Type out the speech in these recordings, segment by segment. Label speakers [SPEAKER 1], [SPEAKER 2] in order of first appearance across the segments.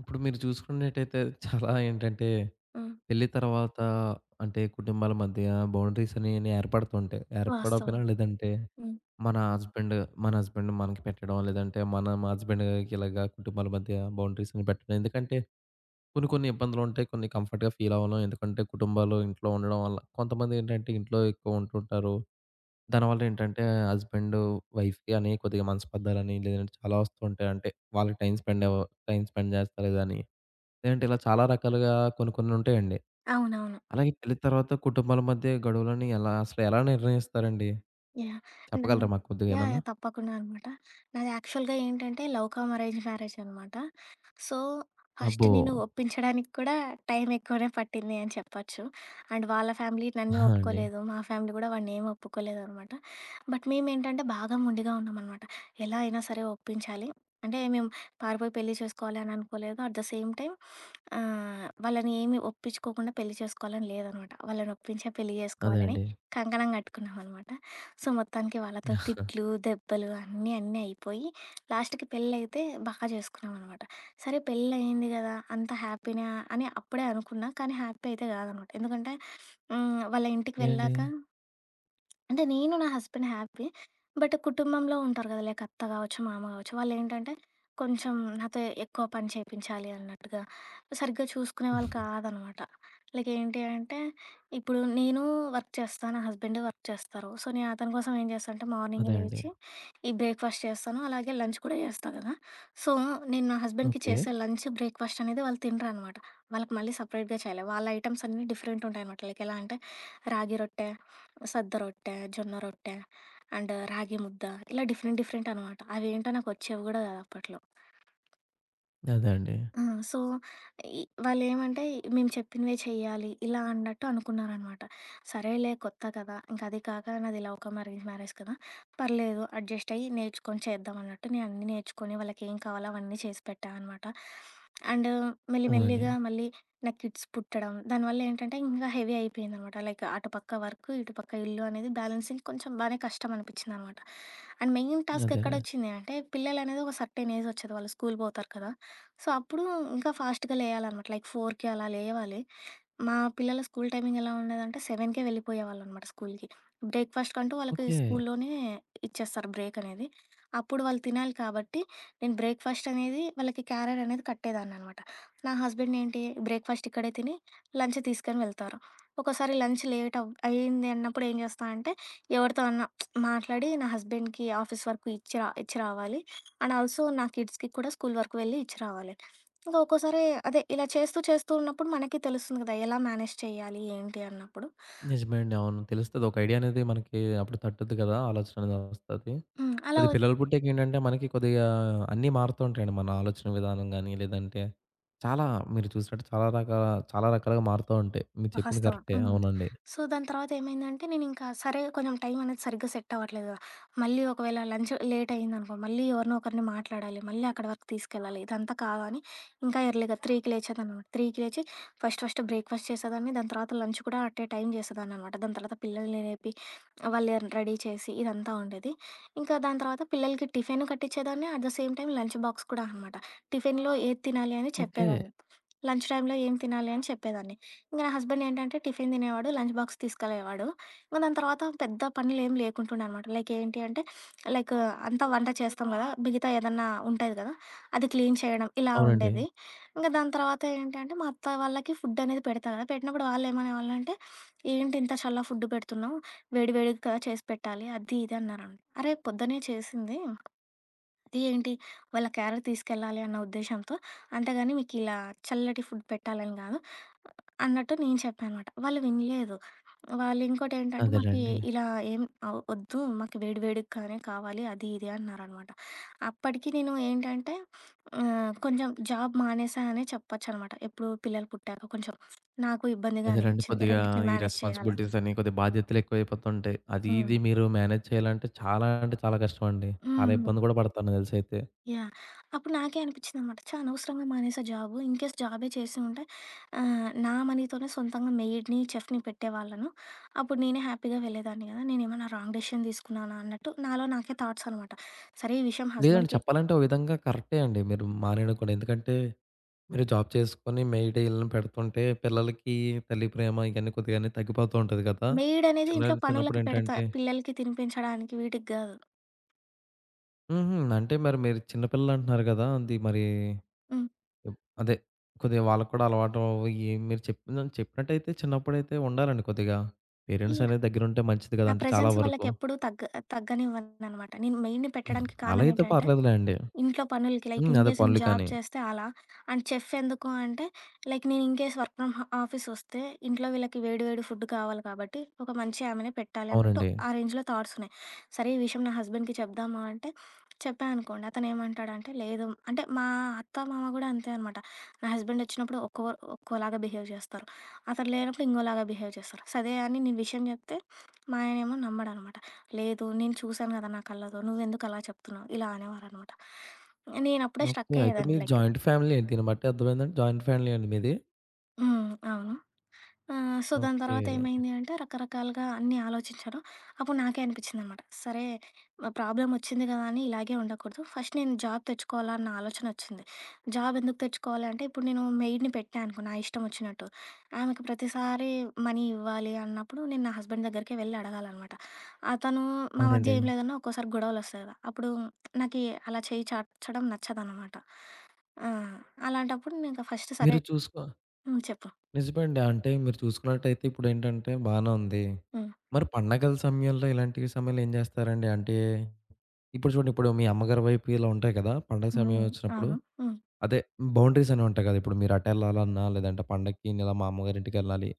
[SPEAKER 1] ఇప్పుడు మీరు చూసుకున్నట్టయితే చాలా ఏంటంటే,
[SPEAKER 2] హ్మ్.
[SPEAKER 1] పెళ్లి తర్వాత అంటే కుటుంబాల మధ్య బౌండరీస్ అనేవి ఏర్పడుతుంటాయి.
[SPEAKER 2] వాస్తవం.
[SPEAKER 1] ఏర్పడపోయినా లేదంటే,
[SPEAKER 2] హ్మ్.
[SPEAKER 1] మన హస్బెండ్ మన హస్బెండ్ మనకి పెట్టడం, లేదంటే మనం హస్బెండ్‌కి ఇలాగా కుటుంబాల మధ్య బౌండరీస్‌ని పెట్టడం. ఎందుకంటే కొన్ని కొన్ని ఇబ్బందులుంటాయి. కొన్ని కంఫర్ట్‌గా ఫీల్ అవ్వను. ఎందుకంటే కుటుంబాలు, ఇంట్లో ఉండడం వల్ల. కొంతమందేంటంటే ఇంట్లో ఎక్కువ ఉంటుంటారు. దానివల్ల ఏంటంటే హస్బెండ్, వైఫ్ అని కొద్దిగా మనస్పర్ధలని లేదంటే చాలా వస్తూ ఉంటాయి. అంటే వాళ్ళకి టైమ్ స్పెండ్ చేస్తలేదని. లేదంటే ఇలా చాలా రకాలుగా కొన్ని కొన్ని ఉంటాయండి.
[SPEAKER 2] అవునవును.
[SPEAKER 1] అలాగే పెళ్లి తర్వాత కుటుంబాల మధ్య గడువులని ఎలా నిర్ణయిస్తారండి?
[SPEAKER 2] యాహ్!
[SPEAKER 1] చెప్పగలరా మాకు కొద్దిగా
[SPEAKER 2] యాహ్! యాహ్,
[SPEAKER 1] ఏమన్నా?
[SPEAKER 2] తప్పకుండా అనమాట. నాది యాక్చువల్‌గా ఏంటంటే లవ్ కమ్ అరేంజ్ మ్యారేజ్ అనమాట. సో, ఫస్ట్
[SPEAKER 1] అబ్బో!
[SPEAKER 2] నేను ఒప్పించడానికి కూడా టైం ఎక్కువనే పట్టింది అని చెప్పొచ్చు. అండ్ వాళ్ళ ఫ్యామిలీ
[SPEAKER 1] ఆ!
[SPEAKER 2] నన్ను
[SPEAKER 1] అండి.
[SPEAKER 2] ఒప్పుకోలేదు. మా ఫ్యామిలీ కూడా వాడినేమి ఒప్పుకోలేదనమాట. బట్ మేమేంటంటే బాగా మొండిగా ఉన్నామనమాట. ఎలా అయినా సరే ఒప్పించాలి. అంటే మేము పారిపోయి పెళ్లి చేసుకోవాలి అని అనుకోలేదు. అట్ ద సేమ్ టైమ్ వాళ్ళని ఏమి ఒప్పించుకోకుండా పెళ్లి చేసుకోవాలని లేదనమాట. వాళ్ళని ఒప్పించే పెళ్లి
[SPEAKER 1] అదే
[SPEAKER 2] చేసుకోవాలని
[SPEAKER 1] అండి.
[SPEAKER 2] కంకణం కట్టుకున్నామనమాట. సో, మొత్తానికి వాళ్ళతో తిట్లు, దెబ్బలు అన్నీ అన్నీ అయిపోయి లాస్ట్‌కి పెళ్ళైతే బాగా చేసుకున్నామనమాట. సరే పెళ్ళయింది గదా, అంత హ్యాపీనా అని అప్పుడే అనుకున్నా. కానీ హ్యాపీ అయితే గాదనమాట. ఎందుకంటే హ్మ్, వాళ్ళ ఇంటికి
[SPEAKER 1] ఏ అండి?
[SPEAKER 2] వెళ్ళాక అంటే నేను, నా హస్బెండ్ హ్యాపీ. బట్ కుటుంబంలో ఉంటారు కదా! లైక్ అత్త గావచ్చు, మామ గావచ్చు, వాళ్ళేంటంటే కొంచెం నాతో ఎక్కువ పని చేపించాలి అన్నట్టుగా, సరిగ్గా చూసుకునే వాళ్ళు కాదనమాట. లైక్ ఏంటి అంటే, ఇప్పుడు నేను వర్క్ చేస్తా, నా హస్బెండ్ వర్క్ చేస్తారు. సో, నేను అతని కోసం ఏం చేస్తా అంటే, మార్నింగ్
[SPEAKER 1] అదే అండి.
[SPEAKER 2] లేచి ఈ బ్రేక్‌ఫాస్ట్ చేస్తాను, అలాగే లంచ్ కూడా చేస్తా కదా! సో, నేను నా హస్బెండ్‌కి
[SPEAKER 1] ఓకే.
[SPEAKER 2] చేసే లంచ్, బ్రేక్‌ఫాస్ట్ అనేది వాళ్ళు తినరనమాట. వాళ్ళకి మళ్ళీ సెపరేట్‌గా చేయాలి. వాళ్ళ ఐటెమ్స్ అన్నీ డిఫరెంట్ ఉంటాయనమాట. లైక్ ఎలా అంటే, రాగి రొట్టె, సద్ద రొట్టె, జొన్న రొట్టె అండ్ రాగి ముద్ద, ఇలా డిఫరెంట్ డిఫరెంట్ అనమాట. అవేంటో నాకు వచ్చేవి గూడా గాదు అప్పట్లో.
[SPEAKER 1] అదే అండి.
[SPEAKER 2] ఆ! సో, ఈ వాళ్ళేమంటే మేము చెప్పినవే చెయ్యాలి, ఇలా అన్నట్టు అనుకున్నారనమాట. సరేలే కొత్త కదా! ఇంక అది కాక నాది లవ్ కమ్ అరేంజ్ మ్యారేజ్ కదా! పర్లేదు అడ్జస్ట్ అయ్యి నేర్చుకొని చేద్దాం అన్నట్టు నేను అన్నీ నేర్చుకొని వాళ్ళకేం కావాలో అవన్నీ చేసి పెట్టా అనమాట. అండ్ మెల్లి
[SPEAKER 1] అవునండి.
[SPEAKER 2] మెల్లిగా మళ్ళీ నాకు కిడ్స్ పుట్టడం, దానివల్ల ఏంటంటే ఇంకా హెవీ అయిపోయిందనమాట. లైక్ అటుపక్క వర్కు, ఇటుపక్క ఇల్లు అనేది బ్యాలెన్సింగ్ కొంచెం బానే కష్టం అనిపించిందనమాట. అండ్ మెయిన్ టాస్క్
[SPEAKER 1] అదేలే.
[SPEAKER 2] ఎక్కడొచ్చింది అంటే పిల్లలనేది ఒక సర్టెన్ ఏజ్ వచ్చేది వాళ్ళు స్కూల్ పోతారు కదా! సో, అప్పుడు ఇంకా ఫాస్ట్‌గా లేయాలనమాట. లైక్ 4కి అలా లేవాలి. మా పిల్లల స్కూల్ టైమింగ్ ఎలా ఉండేదంటే 7కే వెళ్ళిపోయేవాళ్ళనమాట స్కూల్‌కి. బ్రేక్‌ఫాస్ట్‌కంటూ వాళ్ళకి
[SPEAKER 1] ఓకే.
[SPEAKER 2] స్కూల్లోనే ఇచ్చేస్తారు బ్రేక్ అనేది. అప్పుడు వాళ్ళు తినాలి కాబట్టి నేను బ్రేక్‌ఫాస్ట్ అనేది వాళ్ళకి క్యారియర్ అనేది కట్టేదాన్ననమాట. నా హస్బెండ్ ఏంటి బ్రేక్‌ఫాస్ట్ ఇక్కడే తిని లంచ్ తీసుకొని వెళ్తారు. ఒక్కోసారి లంచ్ లేట్ అయింది అన్నప్పుడు ఏం చేస్తా అంటే ఎవరితో అన్నా మాట్లాడి నా హస్బెండ్‌కి ఆఫీస్ వరకు ఇచ్చి రావాలి. అండ్ ఆల్సో నా కిడ్స్‌కి కూడా స్కూల్ వరకు వెళ్ళి ఇచ్చి రావాలి. ఇంకా ఒక్కోసారి అదే ఇలా చేస్తూ చేస్తూ ఉన్నప్పుడు మనకి తెలుస్తుంది కదా ఎలా మేనేజ్ చేయాలి ఏంటి అన్నప్పుడు.
[SPEAKER 1] నిజమే అండి. అవును. తెలుస్తది. ఒక ఐడియా అనేది మనకి అప్పుడు తట్టుద్ది కదా! ఆలోచన అనేది వస్తది.
[SPEAKER 2] హ్మ్, అలా.
[SPEAKER 1] కొద్దిగా పిల్లలు పుట్టాకేంటంటే మనకి కొద్దిగా అన్నీ మారుతూ ఉంటాయండి. మన ఆలోచన విధానం గాని, లేదంటే చాలా మీరు చూసినట్టు చాలా రకాలుగా మారుతూ ఉంటాయి. మీరు చెప్పింది
[SPEAKER 2] వాస్తవం.
[SPEAKER 1] కరెక్టే.
[SPEAKER 2] హ్మ్.
[SPEAKER 1] అవునండి.
[SPEAKER 2] సో, దాని తర్వాతేమైందంటే, నేనింకా సరే కొంచెం టైమనేది సరిగ్గా సెట్ అవ్వట్లేదు గదా! మళ్ళీ ఒకవేళ లంచ్ లేటయిందనుకో, మళ్ళీ ఎవరినో ఒకరిని మాట్లాడాలి, మళ్ళీ అక్కడి వరకు తీసుకెళ్ళాలి. ఇదంతా కాదని ఇంకా ఎర్లీగా 3కి లేచేదాన్ననమాట. 3కి లేచి ఫస్ట్ ఫస్ట్ బ్రేక్‌ఫాస్ట్ చేసేదాన్ని. దాని తర్వాత లంచ్ కూడా అట్టే టైం చేసేదాన్ననమాట. దాని తర్వాత పిల్లల్ని లేపి, వాళ్ళని రెడీ చేసి ఇదంతా ఉండేది. ఇంకా దాని తర్వాత పిల్లలకి టిఫిన్ కట్టించేదాన్ని. At the same time lunch box కూడా అనమాట. టిఫిన్‌లో ఏది తినాలి అని
[SPEAKER 1] ఓకే.
[SPEAKER 2] చెప్పేదాన్ని. లంచ్ టైమ్‌లో ఏం తినాలి అని చెప్పేదాన్ని. ఇంక నా హస్బెండ్ ఏంటంటే టిఫిన్ తినేవాడు. లంచ్ బాక్స్ తీసుకెళ్ళేవాడు. ఇంక దాని తర్వాత పెద్ద పనులేం లేకుంటుండే అనమాట. లైక్ ఏంటి అంటే, లైక్ అంతా వంట చేస్తాం గదా! మిగతా ఏదన్నా ఉంటది గదా! అది క్లీన్ చేయడం ఇలా
[SPEAKER 1] అవునండి.
[SPEAKER 2] ఉండేది. ఇంక దాని తర్వాత ఏంటంటే మా అత్త వాళ్ళకి ఫుడ్ అనేది పెడతా గదా! పెట్టినప్పుడు వాళ్ళేమనేవాళ్ళంటే, "ఏంటి ఇంత చల్ల ఫుడ్ పెడుతున్నావు? వేడి వేడిగా కదా చేసి పెట్టాలి" అది ఇది అన్నారనమాట. అరే! పొద్దున్నే చేసింది. అది ఏంటి వాళ్ళ క్యారేట్ తీసుకెళ్ళాలి అన్న ఉద్దేశంతో. అంతేగాని మీకిలా చల్లటి ఫుడ్ పెట్టాలని గాదు అన్నట్టు నేను చెప్పానమాట. వాళ్ళు వినలేదు. వాళ్ళింకోటేంటంటే, మాకి
[SPEAKER 1] అదేలెండి.
[SPEAKER 2] ఇలా ఏం వద్దు మాకు వేడి వేడిగానే కావాలి అది ఇది అన్నారనమాట. అప్పటికి నేను ఏంటంటే, కొంచెం జాబ్ మానేసా అనే చెప్పొచ్చనమాట. ఎప్పుడు పిల్లలు పుట్టాక కొంచెం నాకు ఇబ్బందిగా
[SPEAKER 1] అదేనండి.
[SPEAKER 2] అనిపిచ్చింది.
[SPEAKER 1] కొద్దిగా
[SPEAKER 2] రెండిటిని
[SPEAKER 1] ఈ
[SPEAKER 2] మేనేజ్ చేయాలని.
[SPEAKER 1] రెస్పాన్సిబిలిటీస్ అని కొద్దిగా బాధ్యతలు ఎక్కువైపోతుంటాయి. అది
[SPEAKER 2] హ్మ్.
[SPEAKER 1] ఇది మీరు మేనేజ్ చేయాలంటే చాలా అంటే చాలా కష్టం అండి. చాలా
[SPEAKER 2] హ్మ్.
[SPEAKER 1] ఇబ్బంది కూడా పడతాను తెలుసైతే.
[SPEAKER 2] యాహ్! అప్పుడు నాకే అనిపిచ్చిందనమాట. ఛా! అనవసరంగా మానేసా జాబు. ఇన్‌కేస్ జాబే చేసి ఉంటే నా మనీతోనే సొంతంగా మెయిడ్‌ని, చెఫ్‌ని పెట్టేవాళ్ళను. అప్పుడు నేనే హ్యాపీగా వెళ్ళేదాన్ని గదా! నేనేమన్నా రాంగ్ డెసిషన్ తీసుకున్నానా అన్నట్టు నాలో నాకే థాట్స్ అనమాట. సరే ఈ విషయం
[SPEAKER 1] లేదండి.
[SPEAKER 2] హస్బెండ్‌కి.
[SPEAKER 1] చెప్పాలంటే ఓ విధంగా కరెక్టే అండి. మీరు మానేయడం కూడా. ఎందుకంటే మీరు జాబ్ చేసుకొని మెయిడ్ ఈళ్ళని పెడుతుంటే పిల్లలకి తల్లి ప్రేమ ఇయన్నీ కొద్దిగానే తగ్గిపోతూ ఉంటది కదా!
[SPEAKER 2] మెయిడ్ అనేది
[SPEAKER 1] చిన్న
[SPEAKER 2] ఇంట్లో పనులకి పెడతా.
[SPEAKER 1] చిన్నప్పుడేంటంటే
[SPEAKER 2] పిల్లలకి తినిపించడానికి వీటికి గాదు.
[SPEAKER 1] హుహు. అంటే మరి మీరు చిన్న పిల్లలంటున్నారు కదా! అది మరి
[SPEAKER 2] హ్మ్.
[SPEAKER 1] ఎప్ అదే కొద్దిగా వాళ్ళకి కూడా అలవాటు అవ్వి మీరు చెప్పినట్టయితే చిన్నప్పుడైతే ఉండాలండి కొద్దిగా. Parents
[SPEAKER 2] yeah!
[SPEAKER 1] అనేది దగ్గరుంటే మంచిది కదా!
[SPEAKER 2] నా
[SPEAKER 1] అంటే చాలా
[SPEAKER 2] ప్రెజెన్స్
[SPEAKER 1] వరకు.
[SPEAKER 2] వాళ్ళకెప్పుడూ తగ్గనివ్వననమాట. నేను మెయిడ్‌ని
[SPEAKER 1] ఉమ్,
[SPEAKER 2] పెట్టడానికి
[SPEAKER 1] అలా
[SPEAKER 2] కారణం
[SPEAKER 1] అయితే
[SPEAKER 2] ఏంటంటే
[SPEAKER 1] పర్లేదులేండి.
[SPEAKER 2] ఇంట్లో పనులకి, లైక్
[SPEAKER 1] హ్మ్.
[SPEAKER 2] ఇన్
[SPEAKER 1] అదే
[SPEAKER 2] కేస్ నేను
[SPEAKER 1] పనులు
[SPEAKER 2] జాబ్
[SPEAKER 1] కానీ.
[SPEAKER 2] చేస్తే అలా. అండ్ చెఫ్ ఎందుకు అంటే లైక్ నేను in case work from office వస్తే ఇంట్లో వీళ్ళకి వేడి వేడి ఫుడ్ కావాలి కాబట్టి ఒక మంచి ఆమెనే పెట్టాలి అన్నట్టు
[SPEAKER 1] అవునండి.
[SPEAKER 2] ఆ రేంజ్‌లో థాట్స్ ఉన్నాయి. సరే ఈ విషయం నా హస్బెండ్‌కి చెప్దామా అంటే చెప్పా అనుకోండి. అతను ఏమంటాడంటే లేదు, అంటే మా అత్త, మామ కూడా అంతే అనమాట. నా హస్బెండ్ వచ్చినప్పుడు ఒక్కోలాగా బిహేవ్ చేస్తారు. అతను లేనప్పుడు ఇంకోలాగా బిహేవ్ చేస్తారు. సరే అని నేను విషయం చెప్తే మా ఆయనేమో నమ్మడనమాట. లేదు, నేను చూశాను కదా నా కళ్ళతో, నువ్వెందుకలా చెప్తున్నావు? ఇలా అనేవారనమాట. నేనప్పుడే స్ట్రక్
[SPEAKER 1] ఓకే. అయితే
[SPEAKER 2] అయ్యేదాన్ని,
[SPEAKER 1] మీది
[SPEAKER 2] లైక్.
[SPEAKER 1] జాయింట్ ఫ్యామిలీ అండి. దీన్ని బట్టి అర్థమైందండి జాయింట్ ఫ్యామిలీ అండి మీది.
[SPEAKER 2] హ్మ్. అవును. ఆ! సో, దాని
[SPEAKER 1] ఓకే.
[SPEAKER 2] తర్వాతేమైంది అంటే, రకరకాలుగా అన్నీ ఆలోచించాను. అప్పుడు నాకే అనిపిచ్చిందనమాట. సరే, ప్రాబ్లమొచ్చింది గదా అని ఇలాగే ఉండకూడదు. ఫస్ట్ నేను జాబ్ తెచ్చుకోవాలా అన్న ఆలోచనొచ్చింది. జాబ్ ఎందుకు తెచ్చుకోవాలి అంటే, ఇప్పుడు నేను మెయిడ్‌ని పెట్టా అనుకో నా ఇష్టమొచ్చినట్టు. ఆమెకు ప్రతిసారి మనీ ఇవ్వాలి అన్నప్పుడు, నేను నా హస్బెండ్ దగ్గరికే వెళ్ళి అడగాలనమాట. అతను మా
[SPEAKER 1] అవునండి.
[SPEAKER 2] మధ్య ఏం లేదన్నా ఒక్కోసారి గొడవలొస్తాయి గదా! అప్పుడు నాకీ అలా చెయ్యి చాచడం నచ్చదనమాట. ఆ! అలాంటప్పుడు నేనింక ఫస్ట్ సరే.
[SPEAKER 1] మీరు చూసుకో
[SPEAKER 2] హ్మ్, చెప్పు.
[SPEAKER 1] నిజమండి. అంటే మీరు చూసుకున్నట్టయితే ఇప్పుడేంటంటే బానే ఉంది.
[SPEAKER 2] హ్మ్.
[SPEAKER 1] మరి పండగల సమయంలో ఇలాంటి సమయంలో ఏం చేస్తారండి? అంటే ఇప్పుడు చూడండి ఇప్పుడు మీ అమ్మగారి వైపు ఇలా ఉంటాయి కదా! పండగ
[SPEAKER 2] హ్మ్.
[SPEAKER 1] సమయం వచ్చినప్పుడు
[SPEAKER 2] అవును. హ్మ్.
[SPEAKER 1] అదే బౌండరీస్ అనేవి ఉంటాయి కదా! ఇప్పుడు మీరు అటెళ్ళాలన్నా లేదంటే పండగకి ఇలా మా అమ్మగారింటికెళ్ళాలి.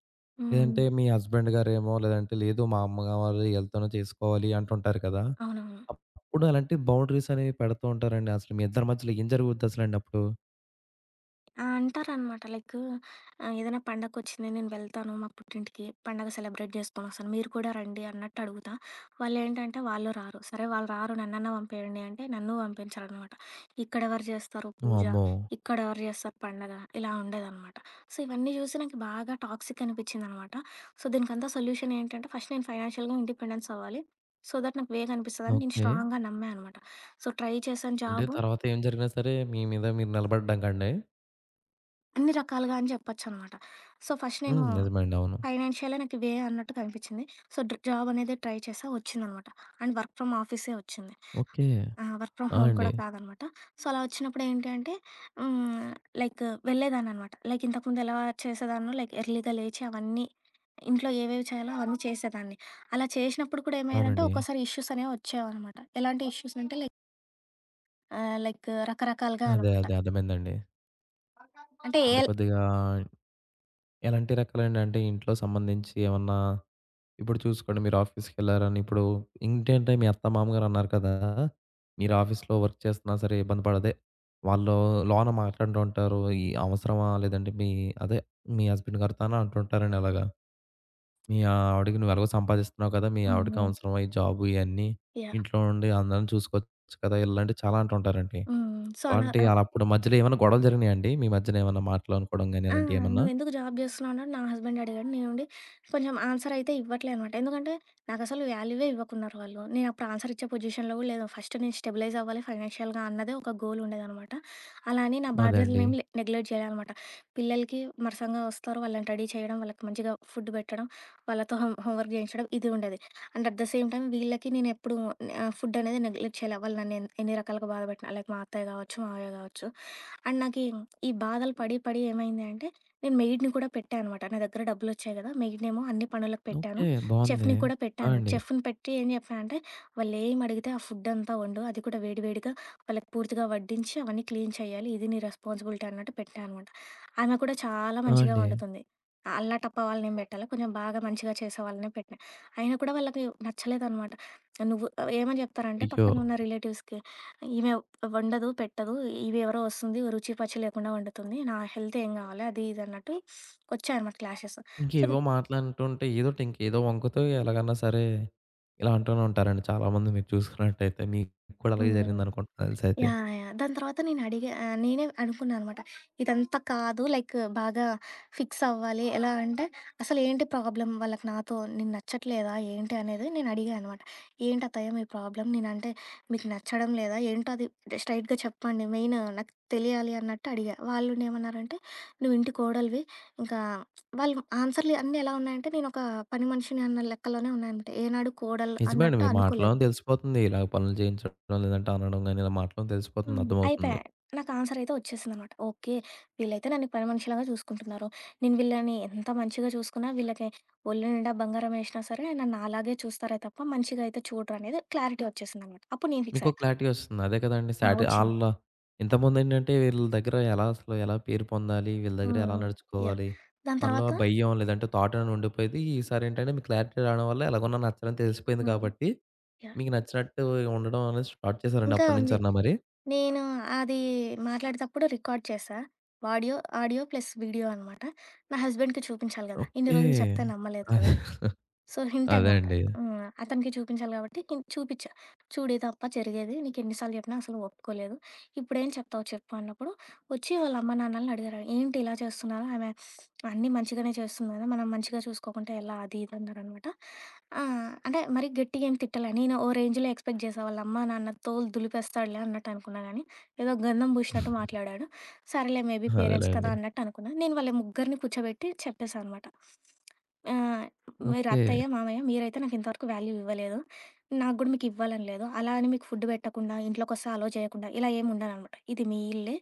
[SPEAKER 2] హ్మ్. హ్మ్.
[SPEAKER 1] లేదంటే మీ హస్బెండ్ గారేమో లేదంటే లేదు మా అమ్మగారు వెళ్తూనే చేసుకోవాలి అంటుంటారు కదా!
[SPEAKER 2] అవునవును.
[SPEAKER 1] అప్పుడు అలాంటి బౌండరీస్ అనేవి పెడతా ఉంటారండి. అసలు మీ ఇద్దరి మధ్యలో ఏం జరుగుద్దసలండి అప్పుడు?
[SPEAKER 2] ఆ! అంటారనమాట. లైక్ ఏదైనా పండగొచ్చింది నేను వెళ్తాను మా పుట్టింటికి. పండగ సెలబ్రేట్ జేసుకొనొస్తాను. మీరు కూడా రండి అన్నట్టు అడుగుతా. వాళ్ళేంటంటే వాళ్ళు రారు. సరే వాళ్ళు రారు నన్నన్నా పంపేయండి అంటే నన్ను పంపించరనమాట. ఇక్కడెవరు జేస్తారు పూజ,
[SPEAKER 1] వామ్మో!
[SPEAKER 2] ఇక్కడెవరు జేస్తారు పండగ, ఇలా ఉండేదనమాట. సో, ఇవన్నీ జూసి నాకు బాగా టాక్సిక్ అనిపిచ్చిందనమాట. సో, దీనికంతా సొల్యూషన్ ఏంటంటే ఫస్ట్ నేను ఫైనాన్షియల్‌గా ఇండిపెండెన్స్ అవ్వాలి. సో దట్ నాకు వే కనిపిస్తదని నేను
[SPEAKER 1] ఓకే.
[SPEAKER 2] స్ట్రాంగ్‌గా నమ్మా అనమాట. సో, ట్రై చేశాను
[SPEAKER 1] అంటే
[SPEAKER 2] జాబు.
[SPEAKER 1] తర్వాత ఏం జరిగినా సరే మీ మీద మీరు నిలబడ్డానికండి?
[SPEAKER 2] అన్ని రకాలుగా అని చెప్పొచ్చనమాట. సో, ఫస్ట్ నేను
[SPEAKER 1] హ్మ్. నిజమే అండి. అవును.
[SPEAKER 2] ఫైనాన్షియలే నాకు వే అన్నట్టు కనిపించింది. సో, జాబ్ అనేది ట్రై చేశా వచ్చిందనమాట. అండ్ వర్క్ ఫ్రమ్ ఆఫీసే వచ్చింది.
[SPEAKER 1] Okay.
[SPEAKER 2] Work from
[SPEAKER 1] ah!
[SPEAKER 2] Home కూడా
[SPEAKER 1] అండి.
[SPEAKER 2] కాదనమాట. సో, అలా వచ్చినప్పుడు ఏంటి అంటే హ్మ్, లైక్ వెళ్ళేదాన్ననమాట. లైక్ ఇంతకుముందు ఎలా చేసేదాన్నో, లైక్ ఎర్లీగా లేచి అవన్నీ ఇంట్లో ఏవేవి చేయాలో అవన్నీ చేసేదాన్ని. అలా చేసినప్పుడు కూడా ఏమయ్యేదంటే
[SPEAKER 1] అవునండి.
[SPEAKER 2] ఒక్కోసారి ఇష్యూస్ అనేవి వచ్చేవనమాట. ఎలాంటి ఇష్యూస్ అంటే లైక్ లైక్ రకరకాలుగా
[SPEAKER 1] అదే.
[SPEAKER 2] అనమాట.
[SPEAKER 1] అదే. అర్థమైందండి.
[SPEAKER 2] అంటే ఏ
[SPEAKER 1] అంటే కొద్దిగా ఎలాంటి రకాలండి? అంటే ఇంట్లో సంబంధించి ఏమన్నా ఇప్పుడు చూసుకోండి మీరు ఆఫీస్‌కెళ్లారని ఇప్పుడు ఇంకేంటే మీ అత్త, మామగారు అన్నారు కదా! మీరు ఆఫీస్‌లో వర్క్ చేస్తున్నా సరే ఇబ్బంది పడదే వాళ్ళు లోన మాట్లాడుతూ ఉంటారు. ఈ అవసరమా లేదంటే అదే మీ హస్బెండ్ గారితోనా అంటుంటారండి అలాగా. మీ ఆవిడకి నువ్వు ఎలాగో సంపాదిస్తున్నావు కదా! మీ
[SPEAKER 2] హ్మ్.
[SPEAKER 1] ఆవిడకి
[SPEAKER 2] హ్మ్.
[SPEAKER 1] అవసరమా ఈ జాబు ఇయన్నీ?
[SPEAKER 2] యాహ్!
[SPEAKER 1] ఇంట్లో నుండి అందరిని చూసుకోవచ్చు కదా! ఇలాంటివి చాలా అంటుంటారండి.
[SPEAKER 2] హ్మ్. సో, అలా.
[SPEAKER 1] అలా అప్పుడు మధ్యలో ఏమైనా గొడవలు జరిగినాయండి? మీ మధ్యన ఏమన్నా మాటలు అనుకోవడం గాని
[SPEAKER 2] ఆ!
[SPEAKER 1] అలాంటియేమన్నా?
[SPEAKER 2] "నువ్వెందుకు జాబ్ జేస్తున్నావు?" అన్నాడు. నా హస్బెండ్ అడిగాడు. నేనుండి కొంచెం ఆన్సర్ అయితే ఇవ్వట్లే అనమాట. ఎందుకంటే నాకసలు వాల్యూవే ఇవ్వకున్నారు వాళ్ళు. నేనప్పుడు ఆన్సర్ ఇచ్చే పొజిషన్‌లో గూడా లేదు. ఫస్ట్ నేను స్టెబిలైజ్ అవ్వాలి ఫైనాన్షియల్‌గా అన్నదే ఒక గోల్ ఉండేదనమాట. అలా అని నా ఓకే,
[SPEAKER 1] అదే అండి.
[SPEAKER 2] బాధ్యతలనేమి నెగ్లెక్ట్ జేయాలనమాట. పిల్లలకి మరసంగా వస్తారు. వాళ్ళని రెడీ చేయడం, వాళ్ళకి మంచిగా ఫుడ్ పెట్టడం, వాళ్ళతో హోంవర్క్ జేయించడం ఇది ఉండేది. And at the same time వీళ్ళకి నేనెప్పుడు ఫుడ్ అనేది నెగ్లెక్ట్ చేయలే. వాళ్ళు నన్ను ఎన్ని రకాలుగా బాధ పెట్టినా లైక్ మా అత్తయ్య గావచ్చు, మావయ్య గావచ్చు. అండ్ నాకీ ఈ ఈ బాధలు పడి, పడి ఏమైంది అంటే నేను మెయిడ్‌ని కూడా పెట్టా అనమాట. నా దగ్గర డబ్బులొచ్చాయి గదా! మెయిడ్‌నేమో అన్ని పనులకు పెట్టాను.
[SPEAKER 1] ఓకే. బావుంది.
[SPEAKER 2] చెఫ్‌ని కూడా పెట్టా
[SPEAKER 1] ఆ!
[SPEAKER 2] అనమాట.
[SPEAKER 1] అండి.
[SPEAKER 2] చెఫ్‌ని పెట్టి ఏం చెప్పా అంటే, వాళ్ళేం అడిగితే ఆ ఫుడ్డంతా వండు. అది కూడా వేడి వేడిగా వాళ్ళకి పూర్తిగా వడ్డించి అవన్నీ క్లీన్ చేయాలి. ఇది నీ రెస్పాన్సిబిలిటీ అన్నట్టు పెట్టా అనమాట. ఆమె కూడా చాలా
[SPEAKER 1] ఆ!
[SPEAKER 2] మంచిగా
[SPEAKER 1] అండి.
[SPEAKER 2] వండుతుంది. అల్లా టప్పా వాళ్ళనేం పెట్టాలా. కొంచెం బాగా మంచిగా చేసే వాళ్ళనే పెట్టినా. అయినా కూడా వాళ్ళకి నచ్చలేదనమాట. నువ్వు ఏమని చెప్తారంటే
[SPEAKER 1] అయ్యో!
[SPEAKER 2] పక్కనున్న రిలేటివ్స్‌కి ఈమె వండదు, పెట్టదు. ఇవెవరో వస్తుంది రుచి పచ్చి లేకుండా వండుతుంది. నా హెల్త్ ఏం గావాలి అది ఇది అన్నట్టు వచ్చాయనమాట క్లాషెస్. సో.
[SPEAKER 1] ఇంకేవో మాటలంటుంటే ఏదోటి ఇంకేదో వంకుతో ఎలాగన్నా సరే ఇలా అంటూనే ఉంటారండి చాలామంది మీరు చూసుకున్నట్టయితే. మీకు కూడా
[SPEAKER 2] హ్మ్.
[SPEAKER 1] అలాగే జరిగిందనుకుంటా తెలిసైతే.
[SPEAKER 2] యాహ్! యాహ్! దాని తర్వాత నేను అడిగా. నేనే అనుకున్నా అనమాట. ఇదంతా కాదు, లైక్ బాగా ఫిక్స్ అవ్వాలి. ఎలా అంటే అసలు ఏంటి ప్రాబ్లమ్ వాళ్ళకి, నాతో నేను నచ్చట్లేదా ఏంటి అనేది నేను అడిగా అనమాట. "ఏంటి అత్తయ్య మీ ప్రాబ్లమ్? నేనంటే మీకు నచ్చడం లేదా? ఏంటో అది స్ట్రెయిట్‌గా చెప్పండి. మెయిన్ నాకు తెలియాలి" అన్నట్టు అడిగా. వాళ్ళు ఏమన్నారంటే, "నువ్వు ఇంటి కోడలివి" ఇంకా వాళ్ళు ఆన్సర్‌లు అన్నీ ఎలా ఉన్నాయంటే నేను ఒక పని మనిషిని అన్న లెక్కలోనే ఉన్నాయనమాట. ఏనాడు కోడలు
[SPEAKER 1] నిజమే అండి.
[SPEAKER 2] అన్నట్టు
[SPEAKER 1] మీ
[SPEAKER 2] అనుకోలేదు.
[SPEAKER 1] మాటల్లోనే తెలిసిపోతుంది. ఇలా పనులు చేయించడం లేదంటే అనడం గాని ఇలా మాటల్లోనే తెలిసిపోతుంది.
[SPEAKER 2] హ్మ్. అయిపోయా.
[SPEAKER 1] అర్థమవుతుంది.
[SPEAKER 2] నాకు ఆన్సరయితే వచ్చేసిందనమాట. ఓకే. వీళ్ళైతే నన్ను పని మనిషిలాగా చూసుకుంటున్నారు. నేను వీళ్ళని ఎంత మంచిగా చూసుకున్నా, వీళ్ళకి ఒళ్ళు నిండా బంగారం ఏసినా సరే, నన్ను అలాగే చూస్తారే తప్ప, మంచిగా అయితే చూడరు అనేది క్లారిటీ వచ్చేసిందనమాట. అప్పుడు నేను ఫిక్స్
[SPEAKER 1] మీకో
[SPEAKER 2] అయ్యా.
[SPEAKER 1] క్లారిటీ వస్తుంది. అదే కదండీ!
[SPEAKER 2] ఆ!
[SPEAKER 1] సాటి
[SPEAKER 2] వచ్చింది.
[SPEAKER 1] ఆళ్ళ ఇంతకుముందేంటంటే వీళ్ళ దగ్గర ఎలా పేరు పొందాలి? వీళ్ళ
[SPEAKER 2] హ్మ్.
[SPEAKER 1] దగ్గర ఎలా
[SPEAKER 2] హ్మ్. యాహ్!
[SPEAKER 1] నడుచుకోవాలి?
[SPEAKER 2] దాని
[SPEAKER 1] మనలో
[SPEAKER 2] తర్వాత.
[SPEAKER 1] ఆ భయం లేదంటే థాట్ అని ఉండిపోయేది. ఈసారేంటంటే మీకు క్లారిటీ రావడం వల్ల ఎలాగోన్నా నచ్చరని తెలిసిపోయింది
[SPEAKER 2] హ్మ్.
[SPEAKER 1] కాబట్టి
[SPEAKER 2] యాహ్!
[SPEAKER 1] మీకు నచ్చినట్టు ఉండడం అనేది స్టార్ట్ చేశారండి
[SPEAKER 2] ఇంకా ఉంది.
[SPEAKER 1] అప్పటినుంచన్నా మరి?
[SPEAKER 2] నేను అది మాట్లాడేటప్పుడు రికార్డ్ చేశా. ఆడియో ఆడియో ప్లస్ వీడియో అనమాట. నా హస్బెండ్‌కి చూపించాలి గదా! ఇన్ని
[SPEAKER 1] ఓకే.
[SPEAKER 2] రోజులు చెప్తే నమ్మలేదు కదా!
[SPEAKER 1] అదే.
[SPEAKER 2] సో హింట్
[SPEAKER 1] అదే
[SPEAKER 2] అనమాట.
[SPEAKER 1] అండి.
[SPEAKER 2] హ్మ్. అతనికి చూపించాలి గాబట్టి నేను చూపిచ్చా. చూడు ఇది తప్ప జరిగేది. నీకు ఎన్ని సార్లు జెప్పినా అసలు ఒప్పుకోలేదు. ఇప్పుడేం చెప్తావు చెప్పు అన్నప్పుడు, వచ్చి వాళ్ళ అమ్మ నాన్నలని అడిగారు. ఏంటి ఇలా చేస్తున్నారు? ఆమె అన్నీ మంచిగానే చేస్తుంది గదా! మనం మంచిగా చూసుకోకుంటే ఎలా? అది ఇది అన్నారనమాట. ఆ! అంటే మరీ గట్టిగా ఏం తిట్టలే. నేను ఓ రేంజ్‌లో ఎక్స్‌పెక్ట్ జేశా. వాళ్ళ అమ్మ నాన్న తోలు దులిపేస్తాడులే అన్నట్టు అనుకున్నా గానీ, ఏదో గంధం పూసినట్టు మాట్లాడాడు. సరేలే మేబీ పేరెంట్స్ కదా
[SPEAKER 1] అదేలెండి.
[SPEAKER 2] అన్నట్టు అనుకున్నా. నేను వాళ్ళ ముగ్గురిని కూర్చోబెట్టి చెప్పేశా అనమాట. ఆ! మీరు
[SPEAKER 1] ఓకే.
[SPEAKER 2] అత్తయ్య, మామయ్య మీరైతే నాకింతవరకు వాల్యూ ఇవ్వలేదు. నాకు గూడా మీకివ్వాలని లేదు. అలా అని మీకు ఫుడ్ పెట్టకుండా, ఇంట్లోకొస్తే అలో చేయకుండా ఇలా ఏమి ఉండననమాట. ఇది మీ ఇల్లే.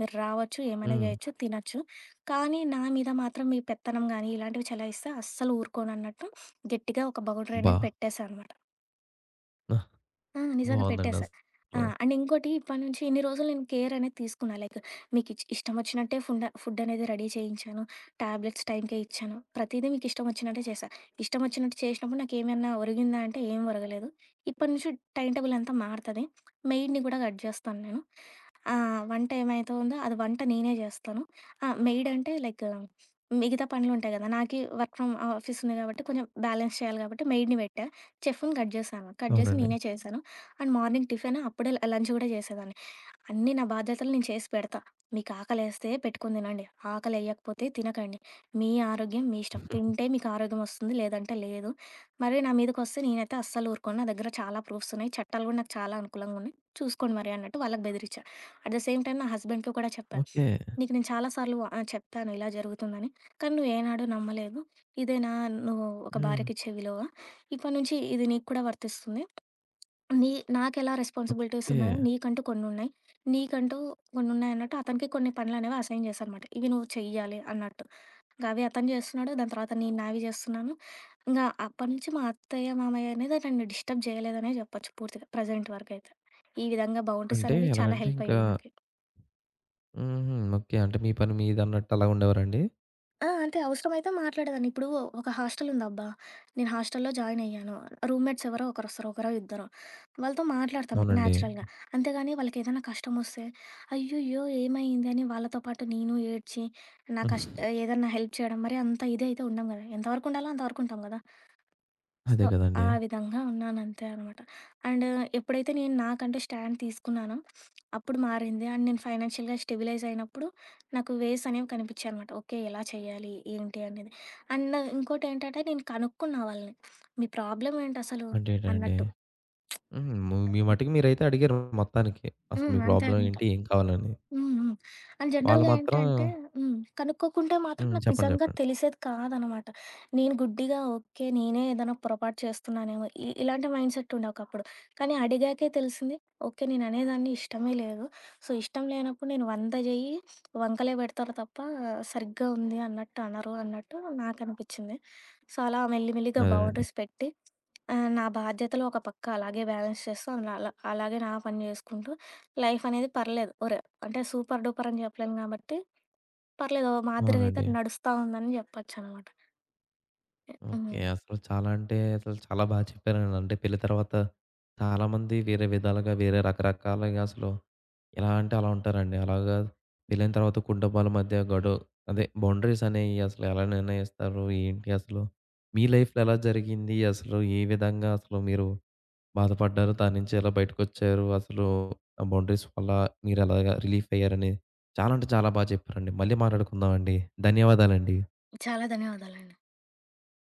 [SPEAKER 2] మీరు రావచ్చు, ఏమైనా
[SPEAKER 1] హ్మ్.
[SPEAKER 2] జేయొచ్చు, తినొచ్చు. కానీ నా మీద మాత్రం మీ పెత్తనం గానీ, ఇలాంటివి చెలాయిస్తే అస్సలు ఊరుకోనన్నట్టు గట్టిగా ఒక బౌండరీ
[SPEAKER 1] అబ్బా!
[SPEAKER 2] అనేది పెట్టేశా అనమాట.
[SPEAKER 1] ఆ!
[SPEAKER 2] ఆ! నిజంగా
[SPEAKER 1] బావుందండి
[SPEAKER 2] పెట్టేశా. ఆ!
[SPEAKER 1] అసల.
[SPEAKER 2] అండ్ ఇంకోటి ఇప్పటి నుంచి ఇన్ని రోజులు నేను కేర్ అనేది తీసుకున్నా. లైక్ మీకు ఇష్టం వచ్చినట్టే ఫుడ్ అనేది రెడీ చేయించాను. టాబ్లెట్స్ టైంకే ఇచ్చాను. ప్రతీదీ మీకు ఇష్టం వచ్చినట్టే చేశా. ఇష్టం వచ్చినట్టు చేసినప్పుడు నాకేమన్నా ఒరిగిందా అంటే ఏం ఒరగలేదు. ఇప్పటి నుంచి టైమ్ టేబుల్ అంతా మారుతది. మెయిడ్‌ని కూడా కట్ చేస్తాను నేను. ఆ! వంట ఏమైతే ఉందో అది నేనే జేస్తాను. ఆ! మెయిడ్ అంటే లైక్ మిగతా పనులుంటాయి గదా! నాకి వర్క్ ఫ్రమ్ ఆఫీస్ ఉంది గాబట్టి కొంచెం బ్యాలెన్స్ చేయాలి గాబట్టి మెయిడ్‌ని పెట్టా. చెఫ్‌ని కట్ జేశాను. కట్ జేసి
[SPEAKER 1] అవునండి.
[SPEAKER 2] నేనే చేశాను. అండ్ మార్నింగ్ టిఫిన్ అప్పుడే లంచ్ గూడా జేసేదాన్ని. అన్నీ నా బాధ్యతలు నేను చేసి పెడతా. మీకు ఆకలేస్తే పెట్టుకొని తినండి. ఆకలి ఎయ్యకపోతే తినకండి. మీ ఆరోగ్యం మీ ఇష్టం. తింటే మీకు ఆరోగ్యం వస్తుంది. లేదంటే లేదు. మరి నా మీదకొస్తే నేనైతే అస్సలు ఊరుకోను. నా దగ్గర చాలా ప్రూఫ్స్ ఉన్నాయి. చట్టాలు గూడా నాకు చాలా అనుకూలంగా ఉన్నాయి. చూసుకోండి మరి అన్నట్టు వాళ్ళకి బెదిరిచ్చా. అట్ ద సేమ్ టైమ్ నా హస్బెండ్‌కి కూడా చెప్పా.
[SPEAKER 1] ఓకే.
[SPEAKER 2] నీకు నేను చాలా సార్లు చెప్పాను ఇలా జరుగుతుందని. కానీ నువ్వేనాడు నమ్మలేదు. ఇదేనా నువ్వు ఒక
[SPEAKER 1] హ్మ్.
[SPEAKER 2] భార్యకిచ్చే విలువ? ఇప్పటి నుంచి ఇది నీకు కూడా వర్తిస్తుంది. నీ నాకెలా రెస్పాన్సిబిలిటీస్
[SPEAKER 1] ఓకే.
[SPEAKER 2] ఉన్నాయో నీకంటూ కొన్నున్నాయి. నీకంటూ కొన్నున్నాయన్నట్టు అతనికి కొన్ని పనులనేవి అసైన్ చేశానమాట. ఇవి నువ్వు చెయ్యాలి అన్నట్టు. ఇంక అవి అతను చేస్తున్నాడు. దాని తర్వాత నేను నావి చేస్తున్నాను. ఇంగా అప్పటినుంచి మా అత్తయ్య, మామయ్య అనేది నన్ను డిస్టర్బ్ చేయలేదనే చెప్పొచ్చు పూర్తిగా ప్రెజెంట్ వరకైతే. ఈ విధంగా బౌండరీస్
[SPEAKER 1] అంటే
[SPEAKER 2] అనేవి చాలా
[SPEAKER 1] ఎలాగంటే
[SPEAKER 2] హెల్ప్
[SPEAKER 1] ఇంకా
[SPEAKER 2] అయ్యాయి నాకి.
[SPEAKER 1] హుహు. ఓకే. అంటే మీ పని మీదన్నట్టు అలా ఉండేవారండి?
[SPEAKER 2] ఆ! అంటే అవసరమైతే మాట్లాడేదాన్ని. ఇప్పుడు ఒక హాస్టల్ ఉందబ్బా! నేను హాస్టల్‌లో జాయిన్ అయ్యాను. రూమ్‌మేట్స్ ఎవరో ఒకరొస్తారు. ఒకరో ఇద్దరో. వాళ్ళతో మాట్లాడతాం
[SPEAKER 1] అవునండి.
[SPEAKER 2] న్యాచురల్‌గా. అంతేగాని వాళ్ళకేదైనా కష్టమొస్తే, అయ్యయ్యో! ఏమైంది? అని వాళ్ళతో పాటు నేను ఏడ్చి, నా కష్ట ఏదన్నా హెల్ప్ చేయడం మరి అంత ఇదైతే ఉండం గదా! ఎంతవరకు ఉండాలో అంతవరకు ఉంటాం గదా! సో,
[SPEAKER 1] అదే కదండీ.
[SPEAKER 2] ఆ విధంగా ఉన్నానంతే అనమాట. అండ్ ఎప్పుడైతే నేను నాకంటే స్టాండ్ తీసుకున్నానో, అప్పుడు మారింది. అండ్ నేను ఫైనాన్షియల్‌గా స్టెబిలైజ్ అయినప్పుడు, నాకు వేస్ అనేవి కనిపించాయనమాట. ఓకే. ఎలా చేయాలి? ఏంటి? అనేది. అండ్ ఇంకోటేంటంటే, నేను కనుక్కున్నా వాళ్ళని. మీ ప్రాబ్లమ్ ఏంటసలు?
[SPEAKER 1] అంటే ఏటండి?
[SPEAKER 2] అన్నట్టు.
[SPEAKER 1] హ్మ్. మీ మటికి మీరైతే అడిగారు మొత్తానికి. అసలు
[SPEAKER 2] హ్మ్.
[SPEAKER 1] మీ
[SPEAKER 2] అంతే
[SPEAKER 1] ప్రాబ్లమ్
[SPEAKER 2] అనమాట.
[SPEAKER 1] ఏంటి? ఏం కావాలని?
[SPEAKER 2] హ్మ్. హ్మ్. అండ్
[SPEAKER 1] వాళ్ళు
[SPEAKER 2] జనరల్‌గా
[SPEAKER 1] మాత్రం
[SPEAKER 2] ఏంటంటే హ్మ్, కనుక్కోకుంటే మాత్రం
[SPEAKER 1] హ్మ్.
[SPEAKER 2] నాకు
[SPEAKER 1] చెప్పండి.
[SPEAKER 2] నిజంగా
[SPEAKER 1] చెప్పండి.
[SPEAKER 2] తెలిసేది కాదనమాట. నేను గుడ్డిగా ఓకే. నేనే ఏదైనా పొరపాటు చేస్తున్నానేమో ఇలాంటి మైండ్‌సెట్ ఉండే ఒకప్పుడు. కానీ అడిగాకే తెలిసింది ఓకే. నేననేదాన్ని ఇష్టమే లేదు. సో, ఇష్టం లేనప్పుడు నేను 100 చెయ్యి వంకలే పెడతారు తప్ప సరిగ్గా ఉంది అన్నట్టు అనరు అన్నట్టు నాకనిపిచ్చింది. సో, అలా మెల్లిమెల్లిగా
[SPEAKER 1] అదేనండి.
[SPEAKER 2] బౌండరీస్ పెట్టి నా బాధ్యతలు ఒక పక్క అలాగే బ్యాలెన్స్ చేస్తూ అలా అలాగే నా పని చేసుకుంటూ లైఫ్ అనేది పర్లేదు ఓ అంటే సూపర్ డూపర్ అని చెప్పలేను కాబట్టి, పర్లేదు ఓ మాదిరిగా అయితే
[SPEAKER 1] అవునండి.
[SPEAKER 2] నడుస్తా ఉందని జెప్పొచ్చనమాట. హ్మ్.
[SPEAKER 1] ఓకే. అసలు చాలా అంటే అసలు చాలా బా చెప్పారండి. అంటే పెళ్లి తర్వాత చాలామంది వేరే విధాలుగా, వేరే రకరకాలుగా అసలు ఎలా అంటే అలా ఉంటారండి. అలాగా పెళ్ళైన తర్వాత కుటుంబాల మధ్య అదే బౌండరీస్ అనేయి అసలు ఎలా నిర్ణయిస్తారు? ఏంటి అసలు? మీ లైఫ్‌లో ఎలా జరిగింది? అసలు ఏ విధంగా అసలు మీరు బాధపడ్డారు? దాని నుంచి ఎలా బయటకొచ్చారు? అసలు ఆ బౌండరీస్ వల్ల మీరెలాగా రిలీఫ్ అయ్యారని చాలా అంటే చాలా బా చెప్పారండి. మళ్ళీ మాట్లాడుకుందామండి. ధన్యవాదాలండి.
[SPEAKER 2] చాలా ధన్యవాదాలండి.